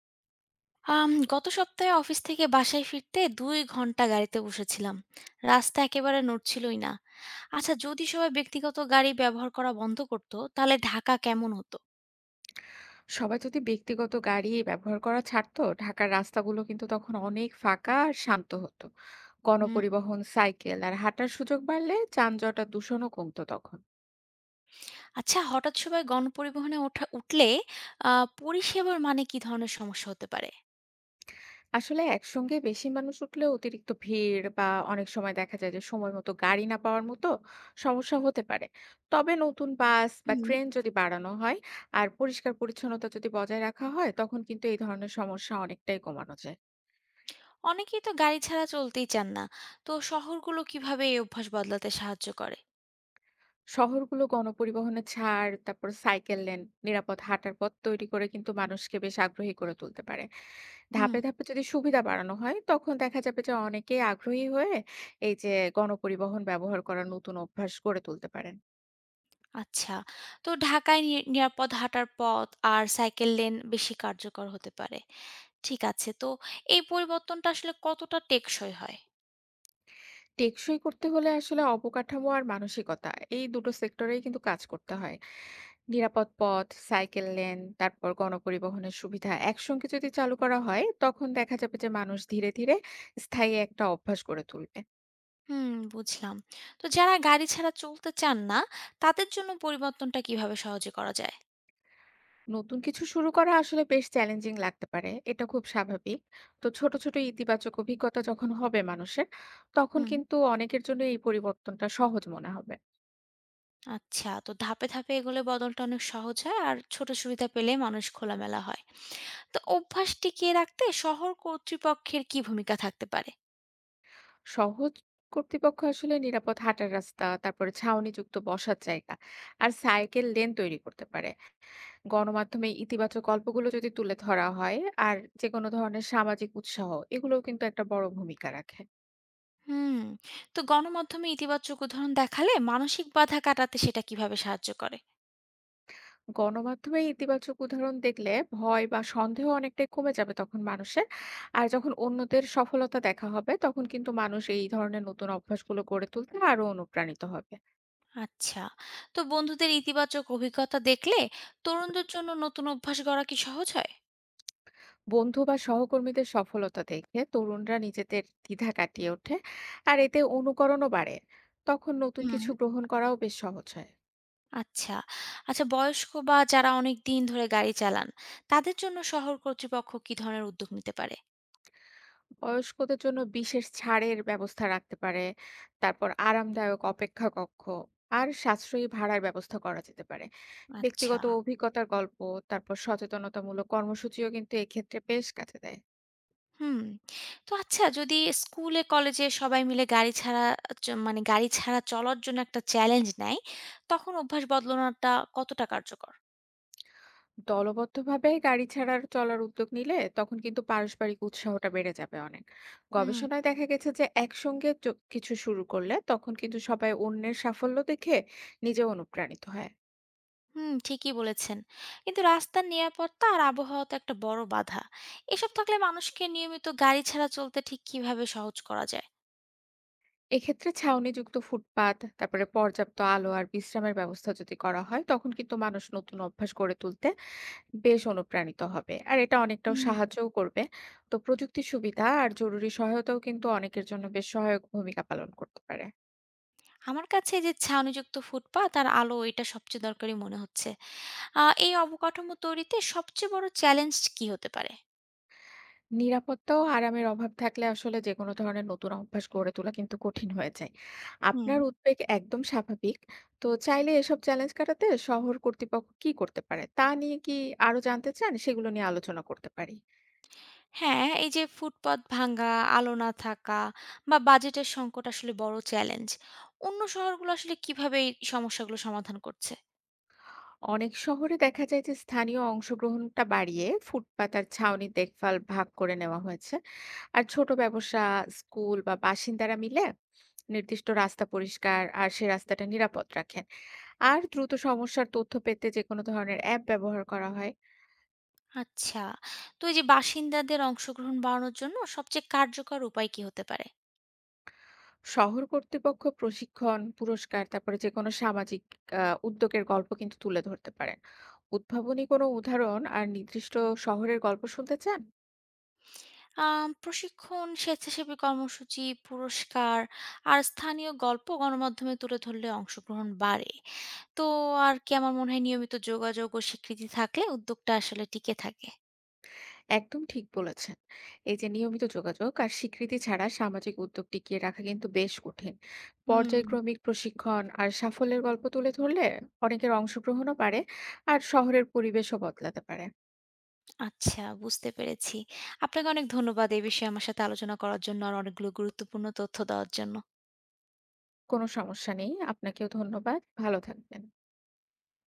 গত সপ্তাহে অফিস থেকে বাসায় ফিরতে ২ ঘন্টা গাড়িতে বসেছিলাম। রাস্তা একেবারে নড়ছিলই না। আচ্ছা যদি সবাই ব্যক্তিগত গাড়ি ব্যবহার করা বন্ধ করত, তাহলে ঢাকা কেমন হতো? সবাই যদি ব্যক্তিগত গাড়ি ব্যবহার করা ছাড়তো, ঢাকার রাস্তাগুলো কিন্তু তখন অনেক ফাঁকা আর শান্ত হতো। হুম। গণপরিবহন, সাইকেল আর হাঁটার সুযোগ বাড়লে যানজট আর দূষণও কমতো তখন। আচ্ছা হঠাৎ সবাই গণপরিবহনে ওঠা উঠলে আ পরিষেবার মানে কি ধরনের সমস্যা হতে পারে? আসলে একসঙ্গে বেশি মানুষ উঠলে অতিরিক্ত ভিড় বা অনেক সময় দেখা যায় যে সময় মতো গাড়ি না পাওয়ার মতো সমস্যা হতে পারে। তবে নতুন বাস বা হুম। ট্রেন যদি বাড়ানো হয় আর পরিষ্কার পরিচ্ছন্নতা যদি বজায় রাখা হয়, তখন কিন্তু এই ধরনের সমস্যা অনেকটাই কমানো যায়। অনেকেই তো গাড়ি ছাড়া চলতেই চান না। তো শহরগুলো কিভাবে এই অভ্যাস বদলাতে সাহায্য করে? শহরগুলো গণপরিবহনে ছাড়, তারপর সাইকেল লেন, নিরাপদ হাঁটার পথ তৈরি করে কিন্তু মানুষকে বেশ আগ্রহী করে তুলতে পারে। হুম, ধাপে, ধাপে যদি সুবিধা বাড়ানো হয়, তখন দেখা যাবে যে অনেকেই আগ্রহী হয়ে এই যে গণপরিবহন ব্যবহার করার নতুন অভ্যাস গড়ে তুলতে পারেন। আচ্ছা। তো ঢাকায় নিরাপদ হাঁটার পথ আর সাইকেল লেন বেশি কার্যকর হতে পারে। ঠিক আছে। তো এই পরিবর্তনটা আসলে কতটা টেকসই হয়? টেকসই করতে হলে আসলে অবকাঠামো আর মানসিকতা, এই দুটো সেক্টরেই কিন্তু কাজ করতে হয়। নিরাপদ পথ, সাইকেল লেন, তারপর গণপরিবহনের সুবিধা একসঙ্গে যদি চালু করা হয়, তখন দেখা যাবে যে মানুষ ধীরে, ধীরে স্থায়ী একটা অভ্যাস গড়ে তুলবে। হুম, বুঝলাম। তো যারা গাড়ি ছাড়া চলতে চান না, তাদের জন্য পরিবর্তনটা কিভাবে সহজে করা যায়? নতুন কিছু শুরু করা আসলে বেশ চ্যালেঞ্জিং লাগতে পারে, এটা খুব স্বাভাবিক। তো ছোট ছোট ইতিবাচক অভিজ্ঞতা যখন হবে মানুষের, তখন হুম, কিন্তু অনেকের জন্য এই পরিবর্তনটা সহজ মনে হবে। আচ্ছা। তো ধাপে, ধাপে এগোলে বদলটা অনেক সহজ হয় আর ছোট সুবিধা পেলে মানুষ খোলামেলা হয়। তো অভ্যাস টিকিয়ে রাখতে শহর কর্তৃপক্ষের কি ভূমিকা থাকতে পারে? সহজ কর্তৃপক্ষ আসলে নিরাপদ হাঁটার রাস্তা, তারপরে ছাউনিযুক্ত বসার জায়গা আর সাইকেল লেন তৈরি করতে পারে। গণমাধ্যমে ইতিবাচক গল্পগুলো যদি তুলে ধরা হয় আর যে কোনো ধরনের সামাজিক উৎসাহ, এগুলোও কিন্তু একটা বড় ভূমিকা রাখে। হুম। তো গণমাধ্যমে ইতিবাচক উদাহরণ দেখালে মানসিক বাধা কাটাতে সেটা কিভাবে সাহায্য করে? গণমাধ্যমে ইতিবাচক উদাহরণ দেখলে ভয় বা সন্দেহ অনেকটাই কমে যাবে তখন মানুষের। আর যখন অন্যদের সফলতা দেখা হবে, তখন কিন্তু মানুষ এই ধরনের নতুন অভ্যাসগুলো গড়ে তুলতে আরো অনুপ্রাণিত হবে। আচ্ছা। তো বন্ধুদের ইতিবাচক অভিজ্ঞতা দেখলে তরুণদের জন্য নতুন অভ্যাস গড়া কি সহজ হয়? বন্ধু বা সহকর্মীদের সফলতা দেখে তরুণরা নিজেদের দ্বিধা কাটিয়ে ওঠে আর এতে অনুকরণও বাড়ে। তখন নতুন হুম। কিছু গ্রহণ করাও বেশ সহজ হয়। আচ্ছা। আচ্ছা বয়স্ক বা যারা অনেক দিন ধরে গাড়ি চালান তাদের জন্য শহর কর্তৃপক্ষ কি ধরনের উদ্যোগ নিতে পারে? বয়স্কদের জন্য বিশেষ ছাড়ের ব্যবস্থা রাখতে পারে। তারপর আরামদায়ক অপেক্ষা কক্ষ আর সাশ্রয়ী ভাড়ার ব্যবস্থা করা যেতে পারে। আচ্ছা। ব্যক্তিগত অভিজ্ঞতার গল্প, তারপর সচেতনতামূলক কর্মসূচিও কিন্তু এক্ষেত্রে বেশ কাজে দেয়। হুম। তো আচ্ছা যদি স্কুলে কলেজে সবাই মিলে গাড়ি ছাড়া মানে গাড়ি ছাড়া চলার জন্য একটা চ্যালেঞ্জ নেয় তখন অভ্যাস বদলানোটা কতটা কার্যকর? দলবদ্ধভাবে গাড়ি ছাড়ার চলার উদ্যোগ নিলে তখন কিন্তু পারস্পরিক উৎসাহটা বেড়ে যাবে অনেক। হুম, গবেষণায় দেখা গেছে যে একসঙ্গে কিছু শুরু করলে তখন কিন্তু সবাই অন্যের সাফল্য দেখে নিজেও অনুপ্রাণিত হয়। হুম, ঠিকই বলেছেন। কিন্তু রাস্তার নিরাপত্তা আর আবহাওয়া তো একটা বড় বাধা। এসব থাকলে মানুষকে নিয়মিত গাড়ি ছাড়া চলতে ঠিক কিভাবে সহজ করা যায়? এক্ষেত্রে ছাউনিযুক্ত ফুটপাত, তারপরে পর্যাপ্ত আলো আর বিশ্রামের ব্যবস্থা যদি করা হয়, তখন কিন্তু মানুষ নতুন অভ্যাস গড়ে তুলতে বেশ অনুপ্রাণিত হবে। আর এটা অনেকটাও হুম। সাহায্যও করবে। তো প্রযুক্তির সুবিধা আর জরুরি সহায়তাও কিন্তু অনেকের জন্য বেশ সহায়ক ভূমিকা পালন করতে পারে। আমার কাছে এই যে ছাউনিযুক্ত ফুটপাত আর আলো এটা সবচেয়ে দরকারি মনে হচ্ছে। এই অবকাঠামো তৈরিতে সবচেয়ে বড় চ্যালেঞ্জ কি হতে পারে? নিরাপত্তা ও আরামের অভাব থাকলে আসলে যেকোনো ধরনের নতুন অভ্যাস গড়ে তোলা কিন্তু কঠিন হয়ে যায়। হুম। আপনার উদ্বেগ একদম স্বাভাবিক। তো চাইলে এসব চ্যালেঞ্জ কাটাতে শহর কর্তৃপক্ষ কি করতে পারে, তা নিয়ে কি আরো জানতে চান? সেগুলো নিয়ে আলোচনা করতে পারি। হ্যাঁ, এই যে ফুটপাত ভাঙ্গা, আলো না থাকা বা বাজেটের সংকট আসলে বড় চ্যালেঞ্জ। অন্য শহরগুলো আসলে কিভাবে এই সমস্যাগুলো সমাধান করছে? অনেক শহরে দেখা যায় যে স্থানীয় অংশগ্রহণটা বাড়িয়ে ফুটপাত আর ছাউনি দেখভাল ভাগ করে নেওয়া হয়েছে। আর ছোট ব্যবসা, স্কুল বা বাসিন্দারা মিলে নির্দিষ্ট রাস্তা পরিষ্কার আর সে রাস্তাটা নিরাপদ রাখেন। আর দ্রুত সমস্যার তথ্য পেতে যে কোনো ধরনের অ্যাপ ব্যবহার করা হয়। আচ্ছা। তো এই যে বাসিন্দাদের অংশগ্রহণ বাড়ানোর জন্য সবচেয়ে কার্যকর উপায় কি হতে পারে? শহর কর্তৃপক্ষ প্রশিক্ষণ, পুরস্কার, তারপরে যে কোনো সামাজিক উদ্যোগের গল্প কিন্তু তুলে ধরতে পারেন। উদ্ভাবনী কোনো উদাহরণ আর নির্দিষ্ট শহরের গল্প শুনতে চান? প্রশিক্ষণ, স্বেচ্ছাসেবী কর্মসূচি, পুরস্কার আর স্থানীয় গল্প গণমাধ্যমে তুলে ধরলে অংশগ্রহণ বাড়ে। তো আর কি, আমার মনে হয় নিয়মিত যোগাযোগ ও স্বীকৃতি থাকলে উদ্যোগটা আসলে টিকে থাকে। একদম ঠিক বলেছেন। এই যে নিয়মিত যোগাযোগ আর স্বীকৃতি ছাড়া সামাজিক উদ্যোগ টিকিয়ে রাখা কিন্তু বেশ কঠিন। হুম, পর্যায়ক্রমিক প্রশিক্ষণ আর সাফল্যের গল্প তুলে ধরলে অনেকের অংশগ্রহণও বাড়ে আর শহরের পরিবেশও বদলাতে পারে। আচ্ছা, বুঝতে পেরেছি। আপনাকে অনেক ধন্যবাদ এই বিষয়ে আমার সাথে আলোচনা করার জন্য আর অনেকগুলো গুরুত্বপূর্ণ তথ্য দেওয়ার জন্য। কোনো সমস্যা নেই। আপনাকেও ধন্যবাদ। ভালো থাকবেন।